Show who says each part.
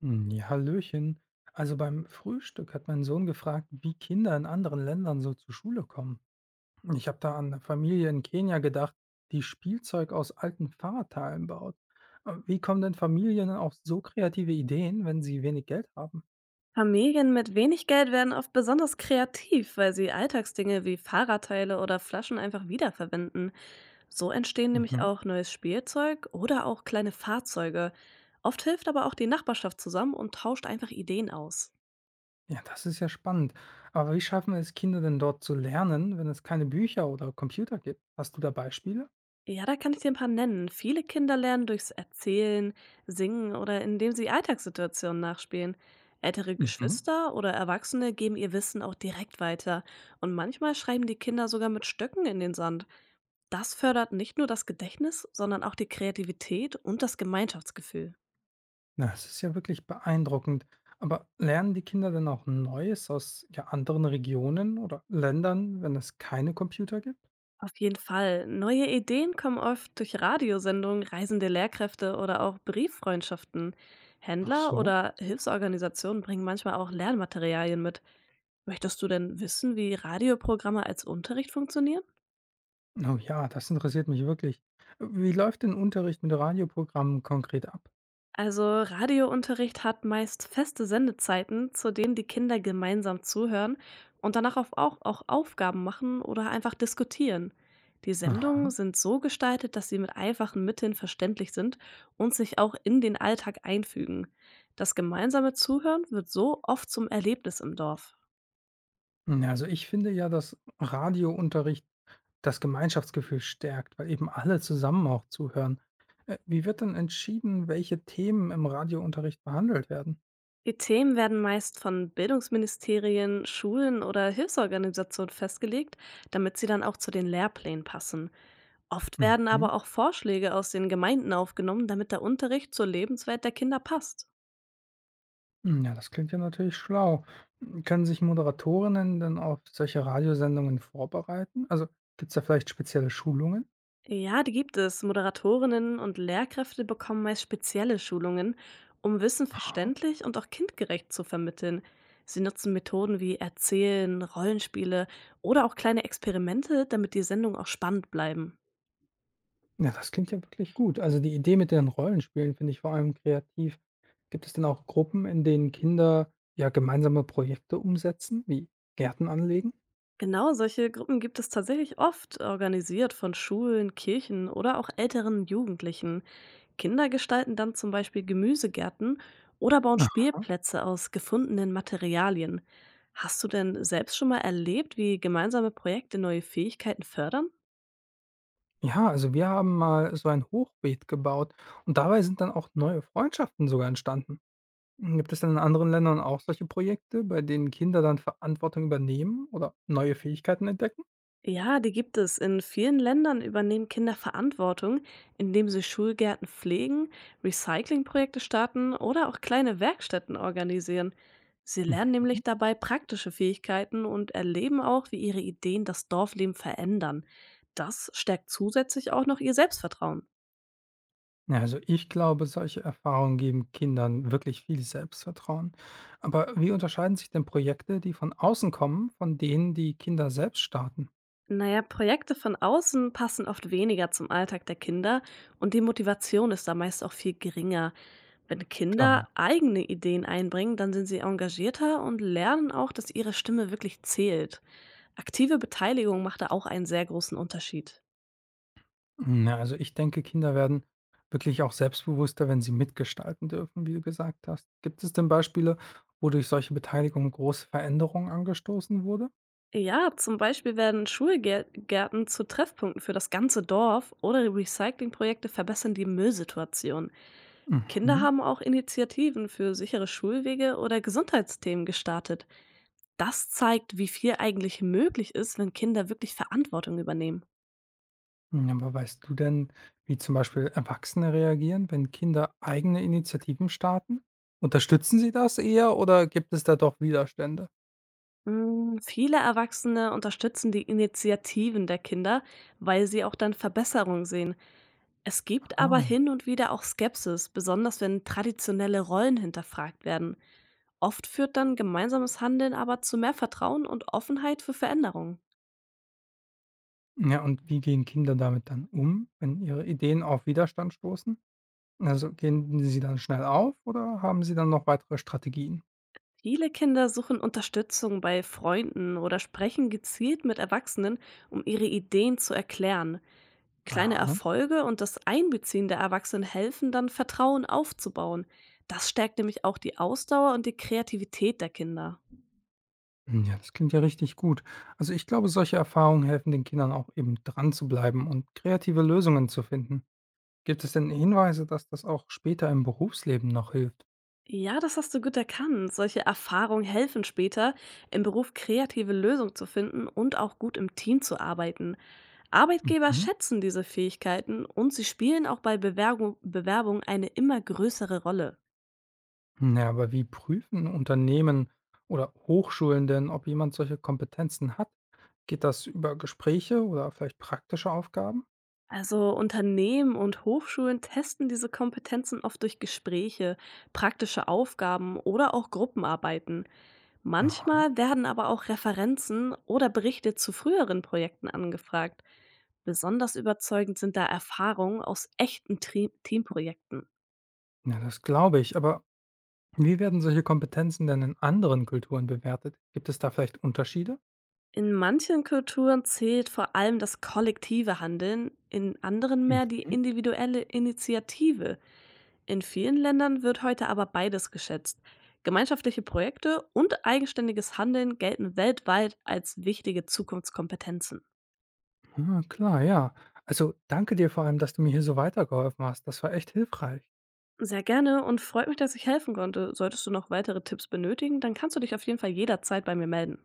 Speaker 1: Hm, ja, Hallöchen. Also beim Frühstück hat mein Sohn gefragt, wie Kinder in anderen Ländern so zur Schule kommen. Ich habe da an eine Familie in Kenia gedacht, die Spielzeug aus alten Fahrradteilen baut. Wie kommen denn Familien auf so kreative Ideen, wenn sie wenig Geld haben?
Speaker 2: Familien mit wenig Geld werden oft besonders kreativ, weil sie Alltagsdinge wie Fahrradteile oder Flaschen einfach wiederverwenden. So entstehen nämlich
Speaker 1: Mhm.
Speaker 2: auch neues Spielzeug oder auch kleine Fahrzeuge. Oft hilft aber auch die Nachbarschaft zusammen und tauscht einfach Ideen aus.
Speaker 1: Ja, das ist ja spannend. Aber wie schaffen es Kinder denn dort zu lernen, wenn es keine Bücher oder Computer gibt? Hast du da Beispiele?
Speaker 2: Ja, da kann ich dir ein paar nennen. Viele Kinder lernen durchs Erzählen, Singen oder indem sie Alltagssituationen nachspielen. Ältere
Speaker 1: Mhm.
Speaker 2: Geschwister oder Erwachsene geben ihr Wissen auch direkt weiter. Und manchmal schreiben die Kinder sogar mit Stöcken in den Sand. Das fördert nicht nur das Gedächtnis, sondern auch die Kreativität und das Gemeinschaftsgefühl.
Speaker 1: Na, es ist ja wirklich beeindruckend. Aber lernen die Kinder denn auch Neues aus, ja, anderen Regionen oder Ländern, wenn es keine Computer gibt?
Speaker 2: Auf jeden Fall. Neue Ideen kommen oft durch Radiosendungen, reisende Lehrkräfte oder auch Brieffreundschaften.
Speaker 1: Ach
Speaker 2: Händler
Speaker 1: so.
Speaker 2: oder Hilfsorganisationen bringen manchmal auch Lernmaterialien mit. Möchtest du denn wissen, wie Radioprogramme als Unterricht funktionieren?
Speaker 1: Oh ja, das interessiert mich wirklich. Wie läuft denn Unterricht mit Radioprogrammen konkret ab?
Speaker 2: Also Radiounterricht hat meist feste Sendezeiten, zu denen die Kinder gemeinsam zuhören und danach auch Aufgaben machen oder einfach diskutieren. Die Sendungen
Speaker 1: Aha.
Speaker 2: sind so gestaltet, dass sie mit einfachen Mitteln verständlich sind und sich auch in den Alltag einfügen. Das gemeinsame Zuhören wird so oft zum Erlebnis im Dorf.
Speaker 1: Ja, also ich finde ja, dass Radiounterricht das Gemeinschaftsgefühl stärkt, weil eben alle zusammen auch zuhören. Wie wird denn entschieden, welche Themen im Radiounterricht behandelt werden?
Speaker 2: Die Themen werden meist von Bildungsministerien, Schulen oder Hilfsorganisationen festgelegt, damit sie dann auch zu den Lehrplänen passen. Oft werden
Speaker 1: Mhm.
Speaker 2: aber auch Vorschläge aus den Gemeinden aufgenommen, damit der Unterricht zur Lebenswelt der Kinder passt.
Speaker 1: Hm, ja, das klingt ja natürlich schlau. Hm, können sich Moderatorinnen denn auf solche Radiosendungen vorbereiten? Also, gibt's da vielleicht spezielle Schulungen?
Speaker 2: Ja, die gibt es. Moderatorinnen und Lehrkräfte bekommen meist spezielle Schulungen, um Wissen
Speaker 1: Aha.
Speaker 2: verständlich und auch kindgerecht zu vermitteln. Sie nutzen Methoden wie Erzählen, Rollenspiele oder auch kleine Experimente, damit die Sendungen auch spannend bleiben.
Speaker 1: Ja, das klingt ja wirklich gut. Also, die Idee mit den Rollenspielen finde ich vor allem kreativ. Gibt es denn auch Gruppen, in denen Kinder ja gemeinsame Projekte umsetzen, wie Gärten anlegen?
Speaker 2: Genau, solche Gruppen gibt es tatsächlich oft, organisiert von Schulen, Kirchen oder auch älteren Jugendlichen. Kinder gestalten dann zum Beispiel Gemüsegärten oder bauen
Speaker 1: Aha.
Speaker 2: Spielplätze aus gefundenen Materialien. Hast du denn selbst schon mal erlebt, wie gemeinsame Projekte neue Fähigkeiten fördern?
Speaker 1: Ja, also wir haben mal so ein Hochbeet gebaut und dabei sind dann auch neue Freundschaften sogar entstanden. Hm, gibt es denn in anderen Ländern auch solche Projekte, bei denen Kinder dann Verantwortung übernehmen oder neue Fähigkeiten entdecken?
Speaker 2: Ja, die gibt es. In vielen Ländern übernehmen Kinder Verantwortung, indem sie Schulgärten pflegen, Recyclingprojekte starten oder auch kleine Werkstätten organisieren. Sie lernen
Speaker 1: Mhm.
Speaker 2: nämlich dabei praktische Fähigkeiten und erleben auch, wie ihre Ideen das Dorfleben verändern. Das stärkt zusätzlich auch noch ihr Selbstvertrauen.
Speaker 1: Ja, also ich glaube, solche Erfahrungen geben Kindern wirklich viel Selbstvertrauen. Aber wie unterscheiden sich denn Projekte, die von außen kommen, von denen, die Kinder selbst starten?
Speaker 2: Naja, Projekte von außen passen oft weniger zum Alltag der Kinder und die Motivation ist da meist auch viel geringer. Wenn
Speaker 1: Klar,
Speaker 2: Kinder
Speaker 1: ja.
Speaker 2: eigene Ideen einbringen, dann sind sie engagierter und lernen auch, dass ihre Stimme wirklich zählt. Aktive Beteiligung macht da auch einen sehr großen Unterschied.
Speaker 1: Hm, ja, also ich denke, Kinder werden wirklich auch selbstbewusster, wenn sie mitgestalten dürfen, wie du gesagt hast. Gibt es denn Beispiele, wo durch solche Beteiligung große Veränderungen angestoßen wurde?
Speaker 2: Ja, zum Beispiel werden Schulgärten zu Treffpunkten für das ganze Dorf oder Recyclingprojekte verbessern die Müllsituation. Kinder
Speaker 1: Mhm.
Speaker 2: haben auch Initiativen für sichere Schulwege oder Gesundheitsthemen gestartet. Das zeigt, wie viel eigentlich möglich ist, wenn Kinder wirklich Verantwortung übernehmen.
Speaker 1: Hm, aber weißt du denn, wie zum Beispiel Erwachsene reagieren, wenn Kinder eigene Initiativen starten? Unterstützen sie das eher oder gibt es da doch Widerstände?
Speaker 2: Hm, viele Erwachsene unterstützen die Initiativen der Kinder, weil sie auch dann Verbesserungen sehen. Es gibt aber
Speaker 1: Ah.
Speaker 2: hin und wieder auch Skepsis, besonders wenn traditionelle Rollen hinterfragt werden. Oft führt dann gemeinsames Handeln aber zu mehr Vertrauen und Offenheit für Veränderungen.
Speaker 1: Ja, und wie gehen Kinder damit dann um, wenn ihre Ideen auf Widerstand stoßen? Also gehen sie dann schnell auf oder haben sie dann noch weitere Strategien?
Speaker 2: Viele Kinder suchen Unterstützung bei Freunden oder sprechen gezielt mit Erwachsenen, um ihre Ideen zu erklären. Kleine
Speaker 1: Aha.
Speaker 2: Erfolge und das Einbeziehen der Erwachsenen helfen dann, Vertrauen aufzubauen. Das stärkt nämlich auch die Ausdauer und die Kreativität der Kinder.
Speaker 1: Ja, das klingt ja richtig gut. Also ich glaube, solche Erfahrungen helfen den Kindern auch eben dran zu bleiben und kreative Lösungen zu finden. Gibt es denn Hinweise, dass das auch später im Berufsleben noch hilft?
Speaker 2: Ja, das hast du gut erkannt. Solche Erfahrungen helfen später, im Beruf kreative Lösungen zu finden und auch gut im Team zu arbeiten. Arbeitgeber
Speaker 1: Mhm.
Speaker 2: schätzen diese Fähigkeiten und sie spielen auch bei Bewerbung eine immer größere Rolle.
Speaker 1: Ja, aber wie prüfen Unternehmen oder Hochschulen denn, ob jemand solche Kompetenzen hat? Geht das über Gespräche oder vielleicht praktische Aufgaben?
Speaker 2: Also Unternehmen und Hochschulen testen diese Kompetenzen oft durch Gespräche, praktische Aufgaben oder auch Gruppenarbeiten.
Speaker 1: Aha.
Speaker 2: Manchmal werden aber auch Referenzen oder Berichte zu früheren Projekten angefragt. Besonders überzeugend sind da Erfahrungen aus echten Teamprojekten.
Speaker 1: Ja, das glaube ich. Aber wie werden solche Kompetenzen denn in anderen Kulturen bewertet? Gibt es da vielleicht Unterschiede?
Speaker 2: In manchen Kulturen zählt vor allem das kollektive Handeln, in anderen mehr die
Speaker 1: Mhm.
Speaker 2: individuelle Initiative. In vielen Ländern wird heute aber beides geschätzt. Gemeinschaftliche Projekte und eigenständiges Handeln gelten weltweit als wichtige Zukunftskompetenzen.
Speaker 1: Ah, klar, ja. Also danke dir vor allem, dass du mir hier so weitergeholfen hast. Das war echt hilfreich.
Speaker 2: Sehr gerne und freut mich, dass ich helfen konnte. Solltest du noch weitere Tipps benötigen, dann kannst du dich auf jeden Fall jederzeit bei mir melden.